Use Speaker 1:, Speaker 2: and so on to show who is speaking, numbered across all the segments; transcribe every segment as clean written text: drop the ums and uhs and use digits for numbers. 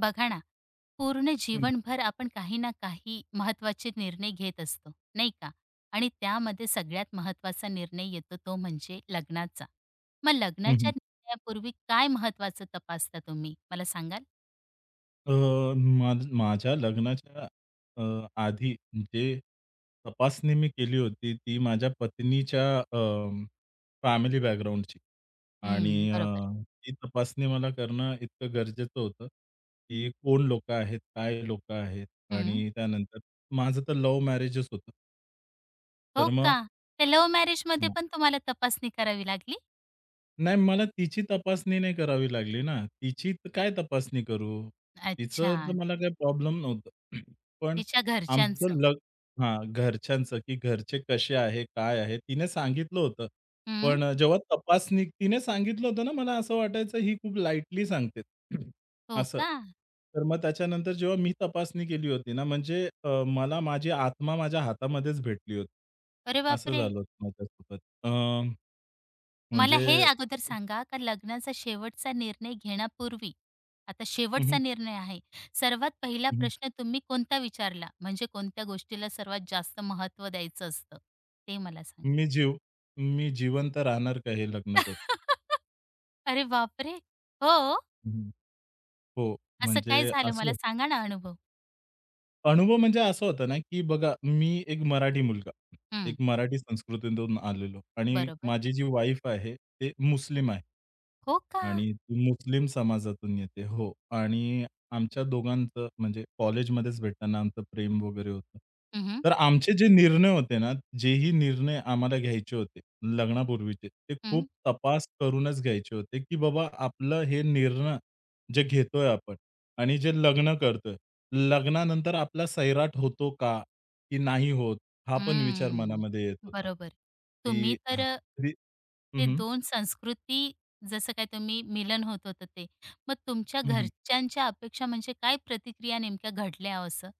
Speaker 1: बघा ना, पूर्ण
Speaker 2: हं,
Speaker 1: जीवनभर आपण काही ना काही महत्त्वाचे निर्णय घेत असतो, नाही का? आणि त्यामध्ये सगळ्यात महत्त्वाचा निर्णय येतो तो म्हणजे लग्नाचा. मग
Speaker 2: हं,
Speaker 1: लग्नाच्या
Speaker 2: हं.
Speaker 1: निर्णयापूर्वी काय महत्त्वाचं तपासता तुम्ही? मला सांगाल?
Speaker 2: अ, माझ्या लग्नाच्या अ, आधी जे तपासणी मी केली होती, ती माझ्या पत्नीच्या अ, फॅमिली बॅकग्राऊंडची आणि
Speaker 1: हं, बरोबर.
Speaker 2: ती तपासणी मला करणं इतकं गरजेचं होतं, की कोण लोकं आहेत, काय लोकं आहेत
Speaker 1: हं.
Speaker 2: आणि त्यानंतर माझं तर लव्ह मॅरेजच होतं.
Speaker 1: हो
Speaker 2: तर मग
Speaker 1: का? ते लव्ह मॅरेजमध्ये पण तुम्हाला तपासणी करावी लागली?
Speaker 2: नाही, मला तिची तपासणी नाही करावी लागली ना. तिची तर काय तपासणी करू?
Speaker 1: अच्छा,
Speaker 2: तिचं तर मला काही प्रॉब्लेम नव्हतं. पण
Speaker 1: तिच्या
Speaker 2: आमचं
Speaker 1: घरच्यांचं.
Speaker 2: लग हां, घरच्यांचं, की घरचे कसे आहे, काय आहे? तिने सांगितलं होतं.
Speaker 1: हं.
Speaker 2: पण जेव्हा तपासणी तिने सांगितलं होतं ना, मला असं वाटायचं ही खूप लाईटली सांगते.
Speaker 1: हो
Speaker 2: असं.
Speaker 1: का?
Speaker 2: तर मग त्याच्यानंतर जेव्हा मी तपासणी केली होती ना, म्हणजे मला माझी आत्मा माझ्या हातामध्येच भेटली होती.
Speaker 1: अरे
Speaker 2: असं
Speaker 1: बापरे!
Speaker 2: झालं होतं माझ्यासोबत. अ,
Speaker 1: मला हे
Speaker 2: म्हणजे
Speaker 1: अगोदर सांगा का लग्नाचा शेवटचा निर्णय घेण्यापूर्वी आता शेवटचा निर्णय आहे. सर्वात पहिला
Speaker 2: हं,
Speaker 1: प्रश्न तुम्ही कोणता विचारला? म्हणजे कोणत्या गोष्टीला सर्वात जास्त महत्व द्यायचं असतं, ते मला सांगा?
Speaker 2: मी जीव मी जिवंत राहणार का हे लग्न करून?
Speaker 1: अरे बापरे! हो,
Speaker 2: हं, हं. हो,
Speaker 1: असं
Speaker 2: म्हणजे
Speaker 1: काय झालं मला
Speaker 2: असं
Speaker 1: सांगा ना अनुभव?
Speaker 2: अनुभव म्हणजे असं होतं ना, की बघा मी एक मराठी मुलगा,
Speaker 1: हं,
Speaker 2: एक मराठी संस्कृतीतून आलेलो आणि
Speaker 1: बरोबर.
Speaker 2: माझी जी वाईफ आहे, ते मुस्लिम आहे.
Speaker 1: हो का?
Speaker 2: आणि ती मुस्लिम समाजातून येते. हो. आणि आमच्या दोघांचं म्हणजे कॉलेजमध्येच भेटताना आमचं प्रेम वगैरे होतं.
Speaker 1: हं,
Speaker 2: तर आमचे जे निर्णय होते ना, जेही निर्णय आम्हाला घ्यायचे होते लग्नापूर्वीचे, ते खूप
Speaker 1: हं.
Speaker 2: तपास करूनच घ्यायचे होते, की बाबा आपलं हे निर्णय जे घेतोय आपण आणि जे लग्न करतोय, लग्नानंतर आपला सैराट होतो का, की नाही होत? हा पण विचार मनामध्ये येत
Speaker 1: हम्म,
Speaker 2: होता,
Speaker 1: बरोबर. तुम्ही
Speaker 2: की
Speaker 1: तर
Speaker 2: कधी हं,
Speaker 1: ते
Speaker 2: हं.
Speaker 1: दोन संस्कृती जसं काय तुम्ही मिलन होत होतं ते. मग तुमच्या घरच्यांच्या अपेक्षा म्हणजे काय प्रतिक्रिया नेमक्या घडल्या हो असं?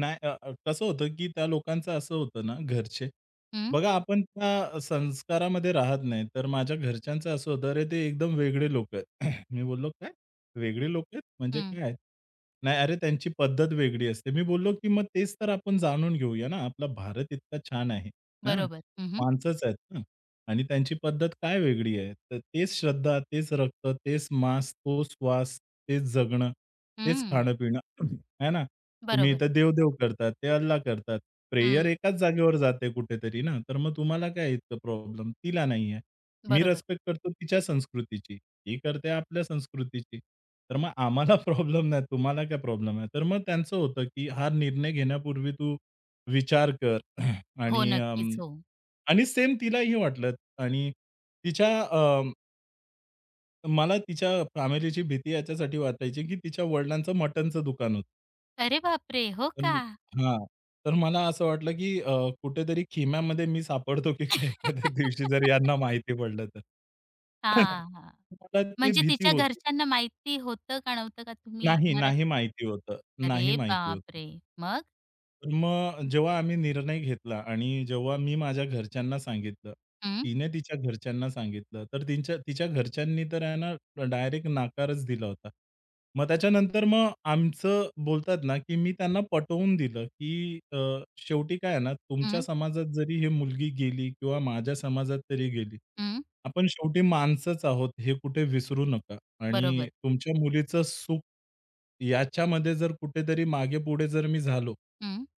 Speaker 2: नाही अ, अ, कसं होतं, की त्या लोकांचं असं होतं ना घरचे.
Speaker 1: हं,
Speaker 2: बघा आपण त्या संस्कारामध्ये राहत नाही. तर माझ्या घरच्यांचं असं होतं, "अरे, ते एकदम वेगळे लोक आहेत." मी बोललो, "काय? वेगळे लोक आहेत? म्हणजे
Speaker 1: हं,
Speaker 2: काय?" "नाही, अरे, त्यांची पद्धत वेगळी असते." मी बोललो, "की मग तेच तर आपण जाणून घेऊया ना. आपला भारत इतका छान आहे, हां ना.
Speaker 1: बरोबर. हं, हं,
Speaker 2: माणसंच आहेत ना आणि त्यांची पद्धत काय वेगळी आहे? तर तेच श्रद्धा, तेच रक्त, तेच मांस, तोच वास, तेच जगणं, तेच खाणं-पिणं." है ना. तुम्ही
Speaker 1: बरोबर.
Speaker 2: इथं देव-देव करतात, ते अल्लाह करतात. प्रेयर
Speaker 1: हं,
Speaker 2: एकाच जागेवर जाते कुठेतरी ना, तर मग तुम्हाला काय इतकं प्रॉब्लेम? तिला नाही आहे. मी
Speaker 1: बरोबर.
Speaker 2: रिस्पेक्ट करतो तिच्या संस्कृतीची. ती करते आपल्या संस्कृतीची. तर मग आम्हाला प्रॉब्लेम नाही, तुम्हाला काय प्रॉब्लेम आहे? तर मग त्यांचं होतं, की हा निर्णय घेण्यापूर्वी तू विचार कर
Speaker 1: हो,
Speaker 2: आणि अं,
Speaker 1: नक्कीच. हो.
Speaker 2: आणि सेम तिलाही वाटलं आणि तिच्या अ, मला तिच्या फॅमिलीची भीती याच्यासाठी वाटायची, की तिच्या वडिलांचं मटनचं दुकान होतं.
Speaker 1: अरे बापरे! हो का?
Speaker 2: पण हां. तर मला असं वाटलं, की कुठेतरी खिम्यामध्ये मी सापडतो की काय एखाद्या दिवशी जर यांना माहिती पडलं तर.
Speaker 1: हां, हां.
Speaker 2: मला ती
Speaker 1: म्हणजे
Speaker 2: भीती
Speaker 1: तिच्या
Speaker 2: होती.
Speaker 1: घरच्यांना माहिती होतं का नव्हतं का तुम्ही
Speaker 2: नाही,
Speaker 1: मराठी
Speaker 2: नाही माहिती होतं. नाही
Speaker 1: अरे
Speaker 2: माहिती होतं.
Speaker 1: बापरे! मग?
Speaker 2: तर मग जेव्हा आम्ही निर्णय घेतला आणि जेव्हा मी माझ्या घरच्यांना सांगितलं,
Speaker 1: हं,
Speaker 2: तिने तिच्या घरच्यांना सांगितलं, तर तिच्या तिच्या घरच्यांनी तर आहे ना डायरेक्ट नकारच दिला होता. मग त्याच्यानंतर मग आमचं बोलतात ना, की मी त्यांना पटवून दिलं, की शेवटी काय आहे ना, तुमच्या
Speaker 1: हं,
Speaker 2: समाजात जरी ही मुलगी गेली किंवा माझ्या समाजात तरी गेली,
Speaker 1: हं,
Speaker 2: आपण शेवटी माणसंच आहोत हे कुठे विसरू नका आणि
Speaker 1: बरोबर.
Speaker 2: तुमच्या मुलीचं सुख याच्यामध्ये जर कुठेतरी मागे-पुढे जर मी झालो,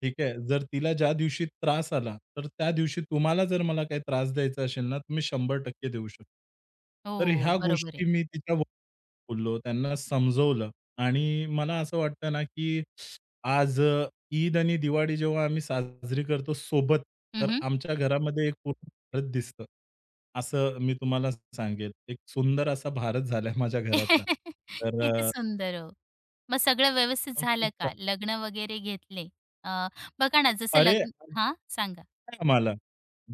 Speaker 2: ठीक आहे. जर तिला ज्या दिवशी त्रास आला, तर त्या दिवशी तुम्हाला जर मला काही त्रास द्यायचा असेल ना, तुम्ही 100% देऊ शकता. तर
Speaker 1: हो,
Speaker 2: ह्या
Speaker 1: बरोबर
Speaker 2: गोष्टी
Speaker 1: आहे.
Speaker 2: मी तिच्या बोललो, त्यांना समजवलं आणि मला असं वाटतं ना, की आज ईद आणि दिवाळी जेव्हा आम्ही साजरी करतो सोबत, तर
Speaker 1: हं,
Speaker 2: आमच्या घरामध्ये एक पूर्ण भारत दिसतं. असं मी तुम्हाला सांगेल. एक सुंदर असा भारत झालाय माझ्या घरातला. तर
Speaker 1: किती
Speaker 2: अ,
Speaker 1: सुंदर हो. मग सगळं व्यवस्थित झालं
Speaker 2: खूप
Speaker 1: का? लग्न वगैरे घेतले. अ, बघा ना जसं
Speaker 2: अरे!
Speaker 1: लग्न हां, सांगा?
Speaker 2: नाही आम्हाला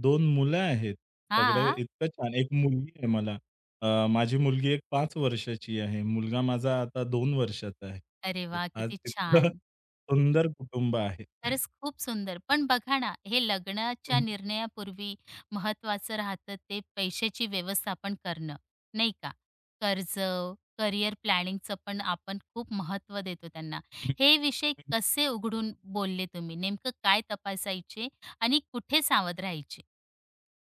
Speaker 2: दोन मुलं आहेत. सगळं
Speaker 1: हां.
Speaker 2: इतकं छान. एक मुलगी आहे मला. माझी मुलगी एक 5 वर्षाची आहे. मुलगा माझा आता दोन वर्षाचा आहे.
Speaker 1: अरे
Speaker 2: तर
Speaker 1: वा,
Speaker 2: आज
Speaker 1: किती
Speaker 2: इतकं
Speaker 1: छान.
Speaker 2: सुंदर कुटुंब आहे.
Speaker 1: खरंच खूप सुंदर. पण बघा ना, हे लग्नाच्या निर्णयापूर्वी महत्त्वाचं राहतं ते पैशाची व्यवस्थापन करणं, नाही का? कर्ज, करिअर प्लॅनिंगचं पण आपण खूप महत्व देतो त्यांना. हे विषय कसे उघडून बोलले तुम्ही? नेमकं काय तपासायचे आणि कुठे सावध राहायचे?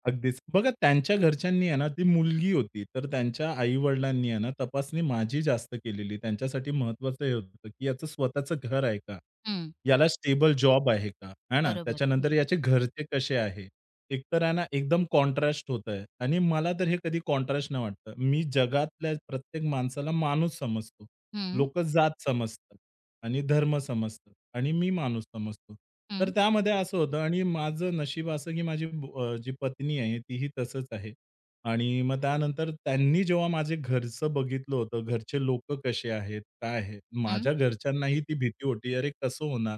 Speaker 2: अगदीच. बघा त्यांच्या घरच्यांनी आहे ना, ती मुलगी होती, तर त्यांच्या आई-वडिलांनी आहे ना, तपासणी माझी जास्त केलेली. त्यांच्यासाठी महत्त्वाचं हे होतं, की याचं स्वतःचं घर आहे का?
Speaker 1: हं,
Speaker 2: याला स्टेबल जॉब आहे का? आहे ना?
Speaker 1: बरोबर.
Speaker 2: त्याच्यानंतर
Speaker 1: हं,
Speaker 2: याचे घरचे कसे आहे? एकतर आहे ना, एकदम कॉन्ट्रास्ट होतंय आणि मला तर हे कधी कॉन्ट्रास्ट नाही वाटतं. मी जगातल्या प्रत्येक माणसाला माणूस समजतो.
Speaker 1: हं,
Speaker 2: लोकं जात समजतात आणि धर्म समजतात. आणि मी माणूस समजतो. तर
Speaker 1: हं,
Speaker 2: त्यामध्ये असं होतं आणि माझं नशीब असं, की जी पत्नी आहे तीही तसंच आहे. आणि मग त्यानंतर त्यांनी जेव्हा माझे घरचं बघितलं होतं, घरचे लोकं कसे आहेत, काय आहे?
Speaker 1: हं.
Speaker 2: माझ्या घरच्यांनाही ती भीती होती, "अरे कसं होणार?"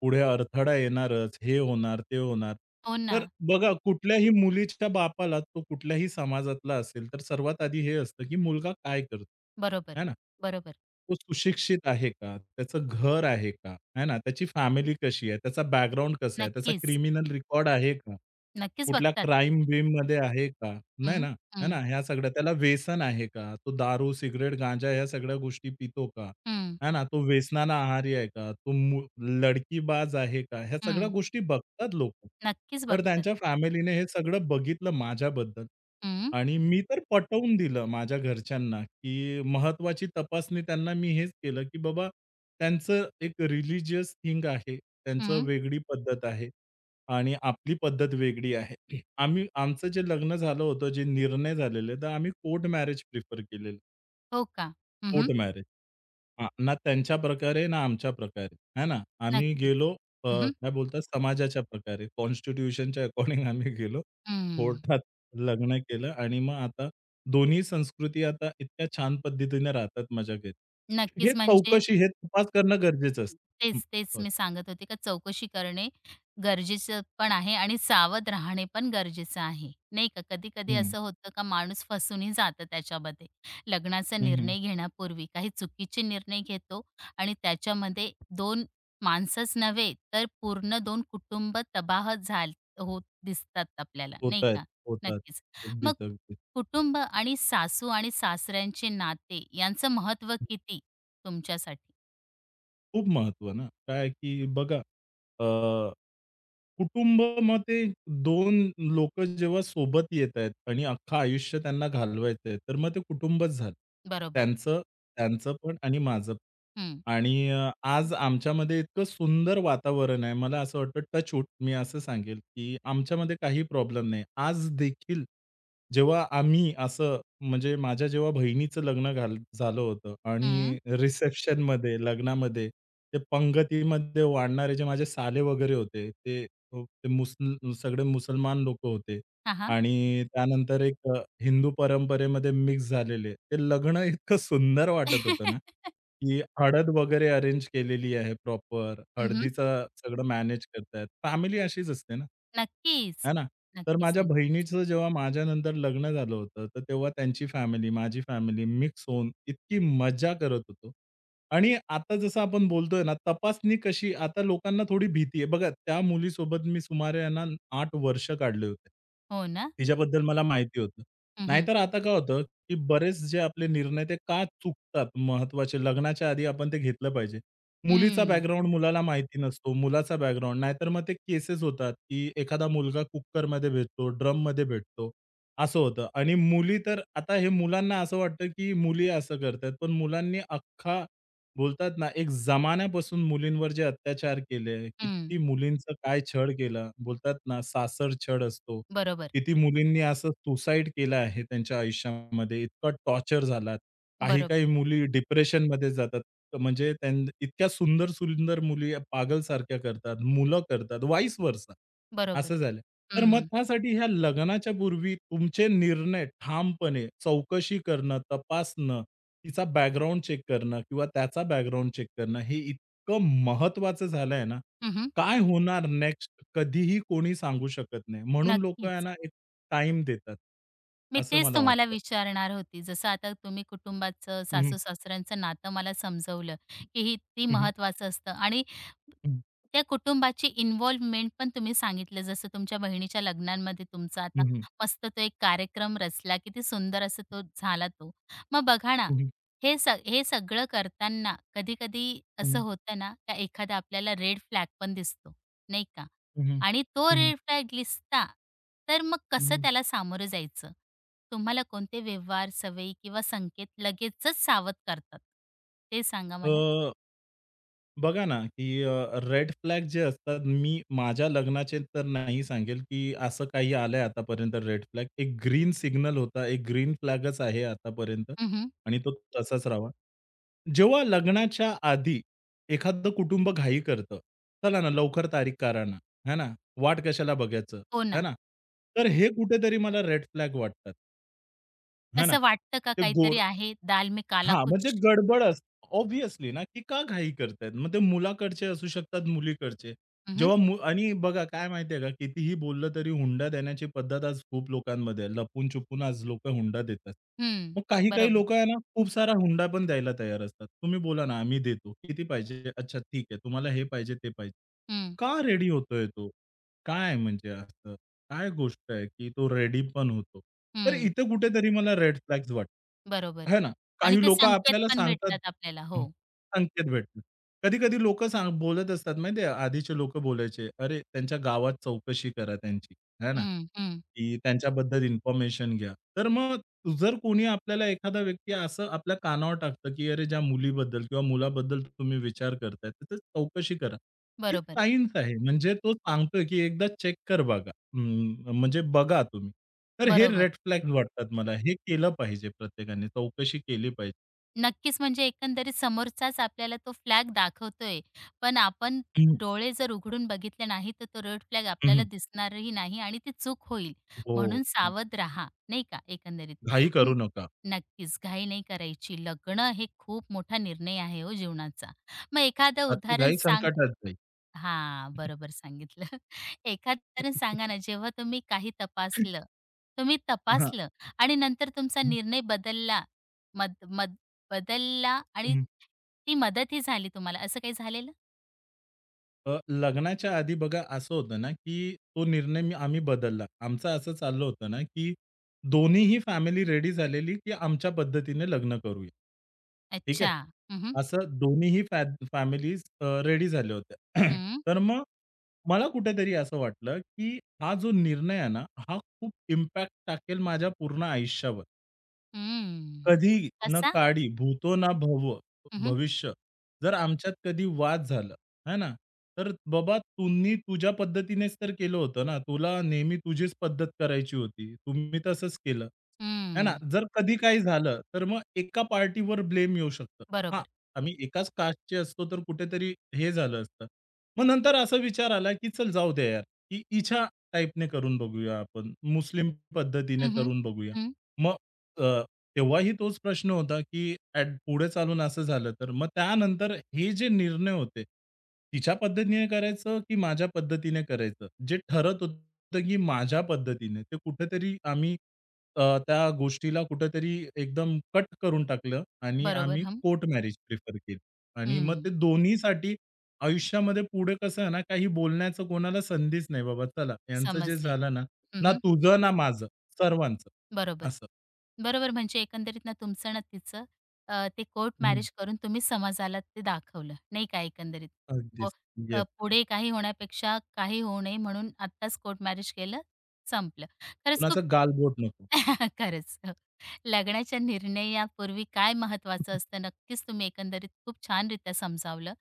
Speaker 2: पुढे अडथळा येणारच, हे होणार, ते होणार.
Speaker 1: हो ना.
Speaker 2: तर बघा कुठल्याही मुलीच्या बापाला तो कुठल्याही समाजातला असेल, तर सर्वात आधी हे असतं, की मुलगा काय करतो?
Speaker 1: बरोबर,
Speaker 2: आहे ना?
Speaker 1: बरोबर.
Speaker 2: तो सुशिक्षित आहे का? त्याचं घर आहे का? आहे ना? त्याची फॅमिली कशी आहे? त्याचा बॅकग्राऊंड कसा आहे? त्याचा
Speaker 1: नक्कीच,
Speaker 2: क्रिमिनल रेकॉर्ड आहे का?
Speaker 1: नक्कीच
Speaker 2: कुठल्या
Speaker 1: बघतात.
Speaker 2: क्राईम-बिईममध्ये आहे का? नाही
Speaker 1: हं,
Speaker 2: ना? आहे
Speaker 1: हं,
Speaker 2: ना? ह्या सगळ्या त्याला व्यसन आहे का? तो दारू, सिगारेट, गांजा ह्या सगळ्या गोष्टी पितो का?
Speaker 1: हं,
Speaker 2: आहे ना, तो व्यसनाला आहारी आहे का? तो मु लडकीबाज आहे का? ह्या सगळ्या
Speaker 1: हं.
Speaker 2: गोष्टी बघतात लोकं.
Speaker 1: नक्कीच
Speaker 2: तर
Speaker 1: बघतात.
Speaker 2: त्यांच्या फॅमिलीने हे सगळं बघितलं माझ्याबद्दल
Speaker 1: हं,
Speaker 2: आणि मी तर पटवून दिलं माझ्या घरच्यांना, की महत्वाची तपासणी त्यांना मी हेच केलं, की बाबा त्यांचं एक रिलिजियस थिंग आहे. त्यांचं
Speaker 1: हं.
Speaker 2: वेगळी पद्धत आहे आणि आपली पद्धत वेगळी आहे. आम्ही आमचं जे लग्न झालं होतं, जे निर्णय झालेले, तर आम्ही कोर्ट मॅरेज प्रिफर केलेलं.
Speaker 1: हो का? हं,
Speaker 2: कोर्ट
Speaker 1: हं.
Speaker 2: मॅरेज. हां, ना त्यांच्या प्रकारे, ना आमच्या प्रकारे, है ना. आम्ही
Speaker 1: नक्कीच.
Speaker 2: गेलो अ,
Speaker 1: हं, हं.
Speaker 2: काय बोलतात समाजाच्या प्रकारे, कॉन्स्टिट्यूशनच्या अकॉर्डिंग आम्ही गेलो. कोर्टात लग्न केलं आणि मग आता दोन्ही संस्कृती आता इतक्या छान पद्धतीने राहतात माझ्या घरी. हे
Speaker 1: नक्कीच म्हणजे
Speaker 2: चौकशी, हे तपास करणं गरजेचं असतं. हं,
Speaker 1: तेच,
Speaker 2: सॉरी.
Speaker 1: मी सांगत होते का चौकशी करणे गरजेचं पण आहे आणि सावध राहणे पण गरजेचं आहे, नाही का. कधी-कधी
Speaker 2: हं,
Speaker 1: असं होतं का माणूस फसूनही जातं त्याच्यामध्ये. लग्नाचा
Speaker 2: हं, हं.
Speaker 1: निर्णय घेण्यापूर्वी काही चुकीचे निर्णय घेतो आणि त्याच्यामध्ये 2 माणसंच नव्हे, तर पूर्ण 2 कुटुंब तबाह झाल होत दिसतात आपल्याला, नाही
Speaker 2: होतायत,
Speaker 1: का.
Speaker 2: होतात.
Speaker 1: नक्कीच. मग
Speaker 2: अगदीच, अगदीच.
Speaker 1: कुटुंब आणि सासू आणि सासऱ्यांचे नाते यांचं महत्त्व किती तुमच्यासाठी?
Speaker 2: खूप महत्व ना. काय आहे की बघा अ, कुटुंब मग ते 2 लोकं जेव्हा सोबत येत आहेत आणि अख्खं आयुष्य त्यांना घालवायचं आहे, तर मग ते कुटुंबच झालं.
Speaker 1: बरोबर.
Speaker 2: त्यांचं त्यांचं पण आणि माझं पण.
Speaker 1: हं.
Speaker 2: आणि आज आमच्यामध्ये इतकं सुंदर वातावरण आहे. मला असं वाटतं टचवूड मी असं सांगेल, की आमच्यामध्ये काही प्रॉब्लेम नाही. आज देखील जेव्हा आम्ही असं म्हणजे माझ्या जेव्हा बहिणीचं लग्न झालं होतं
Speaker 1: हं.
Speaker 2: आणि रिसेप्शनमध्ये, लग्नामध्ये ते पंगतीमध्ये वाढणारे जे माझे साले वगैरे होते, ते ते मुस्ल सगळे मुसलमान लोकं होते
Speaker 1: हां, हां. हं,
Speaker 2: आणि त्यानंतर एक हिंदू परंपरेमध्ये मिक्स झालेले. ते लग्न इतकं सुंदर वाटत होतं ना. की हळद वगैरे अरेंज केलेली आहे प्रॉपर. हळदीचं सगळं मॅनेज करतायत. फॅमिली अशीच असते ना.
Speaker 1: नक्कीच.
Speaker 2: है ना? तर
Speaker 1: नक्कीच,
Speaker 2: माझ्या
Speaker 1: नक्कीच.
Speaker 2: बहिणीचं जेव्हा माझ्यानंतर लग्न झालं होतं, तर तेव्हा त्यांची फॅमिली, माझी फॅमिली मिक्स होऊन इतकी मजा करत होतो. आणि आता जसं आपण बोलतोय ना, तपासणी कशी आता लोकांना थोडी भीती आहे. बघा त्या मुलीसोबत मी सुमारे आहे ना 8 वर्ष काढले होते.
Speaker 1: हो ना?
Speaker 2: तिच्याबद्दल मला माहिती होतं.
Speaker 1: हं, हं.
Speaker 2: नाहीतर आता काय होतं की बरेच जे आपले निर्णय ते का चुकतात महत्वाचे लग्नाच्या आधी आपण ते घेतलं पाहिजे. मुलीचा
Speaker 1: हं,
Speaker 2: बॅकग्राऊंड मुलाला माहिती नसतो. मुलाचा बॅकग्राऊंड. नाहीतर मग ते केसेस होतात, की एखादा मुलगा कुकरमध्ये भेटतो, ड्रममध्ये भेटतो. असं होतं आणि मुली तर आता हे मुलांना असं वाटतं, की मुली असं करतायत. पण मुलांनी अख्खा बोलतात ना, एक जमान्यापासून मुलींवर जे अत्याचार केले,
Speaker 1: हं.
Speaker 2: किती मुलींचं काय छळ केला. बोलतात ना, सासर छळ असतो.
Speaker 1: बरोबर,
Speaker 2: किती मुलींनी असं सुसाईड केलं आहे त्यांच्या आयुष्यामध्ये, इतका टॉर्चर झाला.
Speaker 1: बरोबर,
Speaker 2: काही-काही मुली डिप्रेशनमध्ये जातात. तर म्हणजे त्यां इतक्या सुंदर-सुंदर मुली पागलसारख्या करतात, मुलं करतात, व्हाईस व्हर्सा
Speaker 1: बरोबर.
Speaker 2: असं झालं. तर मग
Speaker 1: हं.
Speaker 2: त्यासाठी ह्या लग्नाच्या पूर्वी तुमचे निर्णय ठामपणे चौकशी करणं, तपासणं, तिचा बॅकग्राऊंड चेक करणं किंवा त्याचा बॅकग्राऊंड चेक करणं हे इतकं महत्त्वाचं झालंय ना
Speaker 1: हं,
Speaker 2: काय होणार नेक्स्ट कधीही कोणी सांगू शकत नाही. म्हणून लोकं
Speaker 1: नक्कीच.
Speaker 2: आहे एक टाइम देतात.
Speaker 1: मी
Speaker 2: असं
Speaker 1: तेच
Speaker 2: मला
Speaker 1: तुम्हाला
Speaker 2: वाटतं.
Speaker 1: विचारणार होती. जसं आता तुम्ही कुटुंबाचं,
Speaker 2: हं,
Speaker 1: सासू-सासऱ्यांचं नातं मला समजवलं, की ही ती
Speaker 2: हं, हं,
Speaker 1: महत्त्वाचं असतं आणि
Speaker 2: हं,
Speaker 1: त्या कुटुंबाची इन्व्हॉल्वमेंट पण तुम्ही सांगितलं. जसं तुमच्या बहिणीच्या लग्नांमध्ये तुमचा आता
Speaker 2: हं,
Speaker 1: मस्त तो एक कार्यक्रम रचला. किती सुंदर असा तो झाला तो. मग बघा ना,
Speaker 2: हं,
Speaker 1: हे सगळं करताना कधी-कधी असं होतं ना, का एखादा आपल्याला रेड फ्लॅग पण दिसतो, नाही का?
Speaker 2: हं, हं,
Speaker 1: आणि तो
Speaker 2: हं,
Speaker 1: रेड फ्लॅग दिसला, तर मग कसं त्याला सामोरं जायचं? तुम्हाला कोणते व्यवहार, सवयी किंवा संकेत लगेचच सावध करतात? ते सांगा
Speaker 2: अ,
Speaker 1: मला.
Speaker 2: बघा ना, की रेड फ्लॅग जे असतात मी माझ्या लग्नाचे तर नाही सांगेल, की असं काही आलंय आतापर्यंत रेड फ्लॅग. एक ग्रीन सिग्नल होता, एक ग्रीन फ्लॅगच आहे आतापर्यंत
Speaker 1: हं,
Speaker 2: आणि तो तसाच राहावा. जेव्हा लग्नाच्या आधी एखादं कुटुंब घाई करतं, "चला ना, लवकर तारीख करा ना, है ना? वाट कशाला बघायचं?"
Speaker 1: हो
Speaker 2: है
Speaker 1: ना.
Speaker 2: ना? तर हे कुठेतरी मला रेड फ्लॅग वाटतात. है ना?
Speaker 1: असं वाटतं का
Speaker 2: ते
Speaker 1: काहीतरी
Speaker 2: गोड
Speaker 1: आहे, दाल में काला
Speaker 2: हां, म्हणजे
Speaker 1: कुछ?
Speaker 2: गडबड असते. ऑब्व्हियसली ना, की का घाई करतायत? मग ते मुलाकडचे असू शकतात, मुलीकडचे.
Speaker 1: हं, हं.
Speaker 2: जेव्हा मु आणि बघा काय माहिती आहे का, कितीही बोललं तरी हुंडा देण्याची पद्धत आज खूप लोकांमध्ये आहे. लपून-छपून आज लोकं हुंडा देतात. मग काही-काही
Speaker 1: बरोबर.
Speaker 2: लोकं आहे ना, खूप सारा हुंडा पण द्यायला तयार असतात. तुम्ही बोला ना, "आम्ही देतो. किती पाहिजे? अच्छा ठीक आहे. तुम्हाला हे पाहिजे, ते पाहिजे."
Speaker 1: हं,
Speaker 2: का रेडी होतोय तो? काय म्हणजे असं? काय गोष्ट आहे, की तो रेडी पण होतो? तर
Speaker 1: हं.
Speaker 2: इथं कुठेतरी मला रेड फ्लॅग्स वाटतात.
Speaker 1: बरोबर
Speaker 2: है ना?
Speaker 1: आणि
Speaker 2: काही
Speaker 1: ते
Speaker 2: लोकं
Speaker 1: संकेत
Speaker 2: आपल्याला
Speaker 1: पण
Speaker 2: सांगतात
Speaker 1: भेटतात आपल्याला.
Speaker 2: हं.
Speaker 1: हो.
Speaker 2: संकेत भेटतात. कधी-कधी लोकं बोलत असतात माहिती आहे, आधीचे लोकं बोलायचे, "अरे, त्यांच्या गावात चौकशी करा त्यांची." है ना,
Speaker 1: हं, हं.
Speaker 2: की त्यांच्याबद्दल इन्फॉर्मेशन घ्या. तर मग जर कोणी आपल्याला एखादा व्यक्ती असं आपल्या कानावर टाकतं, की "अरे, ज्या मुलीबद्दल किंवा मुलाबद्दल तुम्ही विचार करताय, तर ते चौकशी करा." हे
Speaker 1: बरोबर.
Speaker 2: सायन्स आहे. म्हणजे तो सांगतोय, की "एकदा चेक कर बघा." हं, म्हणजे बघा तुम्ही. तर हे
Speaker 1: बरोबर.
Speaker 2: रेड फ्लॅग्स हं. वाटतात मला. हे केलं पाहिजे प्रत्येकाने. चौकशी केली पाहिजे.
Speaker 1: नक्कीच, म्हणजे एकंदरीत समोरचाच आपल्याला तो फ्लॅग दाखवतोय. पण आपण
Speaker 2: हं,
Speaker 1: डोळे जर उघडून बघितले नाही, तर तो रेड फ्लॅग
Speaker 2: हं,
Speaker 1: आपल्याला
Speaker 2: हं.
Speaker 1: दिसणारही नाही आणि ती चूक होईल.
Speaker 2: हो,
Speaker 1: म्हणून
Speaker 2: हो.
Speaker 1: सावध राहा, नाही का एकंदरीत.
Speaker 2: घाई
Speaker 1: अं,
Speaker 2: करू नका.
Speaker 1: नक्कीच घाई नाही करायची. लग्न हे खूप मोठा निर्णय आहे हो जीवनाचा. मग एखादं
Speaker 2: अति
Speaker 1: उदाहरण
Speaker 2: घाई
Speaker 1: सांगा
Speaker 2: संकटात जाईल.
Speaker 1: हां, बरोबर सांगितलं. एखादं उदाहरण सांगा ना, जेव्हा तुम्ही काही तपासलं तुम्ही
Speaker 2: हां.
Speaker 1: तपासलं आणि नंतर तुमचा निर्णय बदलला, मद मद बदलला आणि
Speaker 2: हं.
Speaker 1: ती मदतही झाली तुम्हाला, असं काही झालेलं?
Speaker 2: लग्नाच्या आधी बघा असं होतं ना, की तो निर्णय आम्ही बदलला. आमचं असं चाललं होतं ना, की दोन्हीही फॅमिली रेडी झालेली, की आमच्या पद्धतीने लग्न करूया. ठीक आहे.
Speaker 1: अच्छा. हं, हं.
Speaker 2: असं दोन्हीही फॅमिलीज रेडी झाल्या होत्या.
Speaker 1: हं,
Speaker 2: तर मग मला कुठेतरी असं वाटलं, की हा जो निर्णय आहे ना, हा खूप इम्पॅक्ट टाकेल माझ्या पूर्ण आयुष्यावर. कधी न
Speaker 1: कसा?
Speaker 2: काळी, भूतो ना भव
Speaker 1: हं, हं.
Speaker 2: भविष्य. जर आमच्यात कधी वाद झाला, है ना? तर बाबा तुम्ही तुझ्या पद्धतीनेच तर केलं होतं ना. तुला नेहमी तुझीच पद्धत करायची होती. तुम्ही तसंच केलं, है ना? जर कधी काही झालं, तर मग एका पार्टीवर ब्लेम येऊ शकतं. हां,
Speaker 1: बरोबर.
Speaker 2: आम्ही एकाच कास्टचे असतो, तर कुठेतरी हे झालं असतं. मग नंतर असा विचार आला, की चल जाऊ द्या यार, की हिच्या टाईपने करून बघूया आपण. मुस्लिम पद्धतीने
Speaker 1: हं, हं.
Speaker 2: करून बघूया. मग अ, तेव्हाही तोच प्रश्न होता, की ॲट पुढे चालून असं झालं तर? मग त्यानंतर हे जे निर्णय होते, तिच्या पद्धतीने करायचं, की माझ्या पद्धतीने करायचं? जे ठरत होतं, की माझ्या पद्धतीने, ते कुठेतरी आम्ही त्या गोष्टीला कुठेतरी एकदम कट करून टाकलं आणि
Speaker 1: बरोबर.
Speaker 2: आम्ही
Speaker 1: हम
Speaker 2: कोर्ट मॅरेज प्रिफर केली. आणि मग
Speaker 1: हं.
Speaker 2: ते दोन्हीसाठी आयुष्यामध्ये पुढे कसं आहे ना, काही बोलण्याचं कोणाला संधीच नाही बाबा, चला, यांचं जे
Speaker 1: समजले.
Speaker 2: झालं ना, ना
Speaker 1: हं,
Speaker 2: तुझं ना माझं, सर्वांचं
Speaker 1: बरोबर.
Speaker 2: असं.
Speaker 1: बरोबर. म्हणजे एकंदरीत ना तुमचं ना तिचं ते कोर्ट मॅरेज करून तुम्ही समाजाला ते दाखवलं, नाही का एकंदरीत. हो,
Speaker 2: अगदीच. Yes, yes.
Speaker 1: पुढे काही होण्यापेक्षा काही होऊ नये म्हणून आत्ताच कोर्ट मॅरेज केलं, संपलं. खरंच खूप
Speaker 2: कुणाचा गालबोट नको.
Speaker 1: खरंच. हो. लग्नाच्या निर्णयापूर्वी काय महत्त्वाचं असतं, नक्कीच तुम्ही एकंदरीत खूप छानरीत्या समजावलं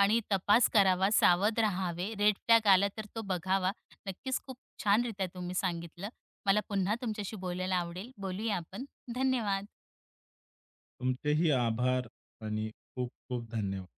Speaker 1: आणि तपास करावा, सावध राहावे, रेड फ्लॅग आला तर तो बघावा. नक्कीच खूप छानरीत्या तुम्ही सांगितलं. मला पुन्हा तुमच्याशी बोलायला आवडेल. बोलूया आपण. धन्यवाद.
Speaker 2: तुमचेही आभार आणि खूप खूप धन्यवाद.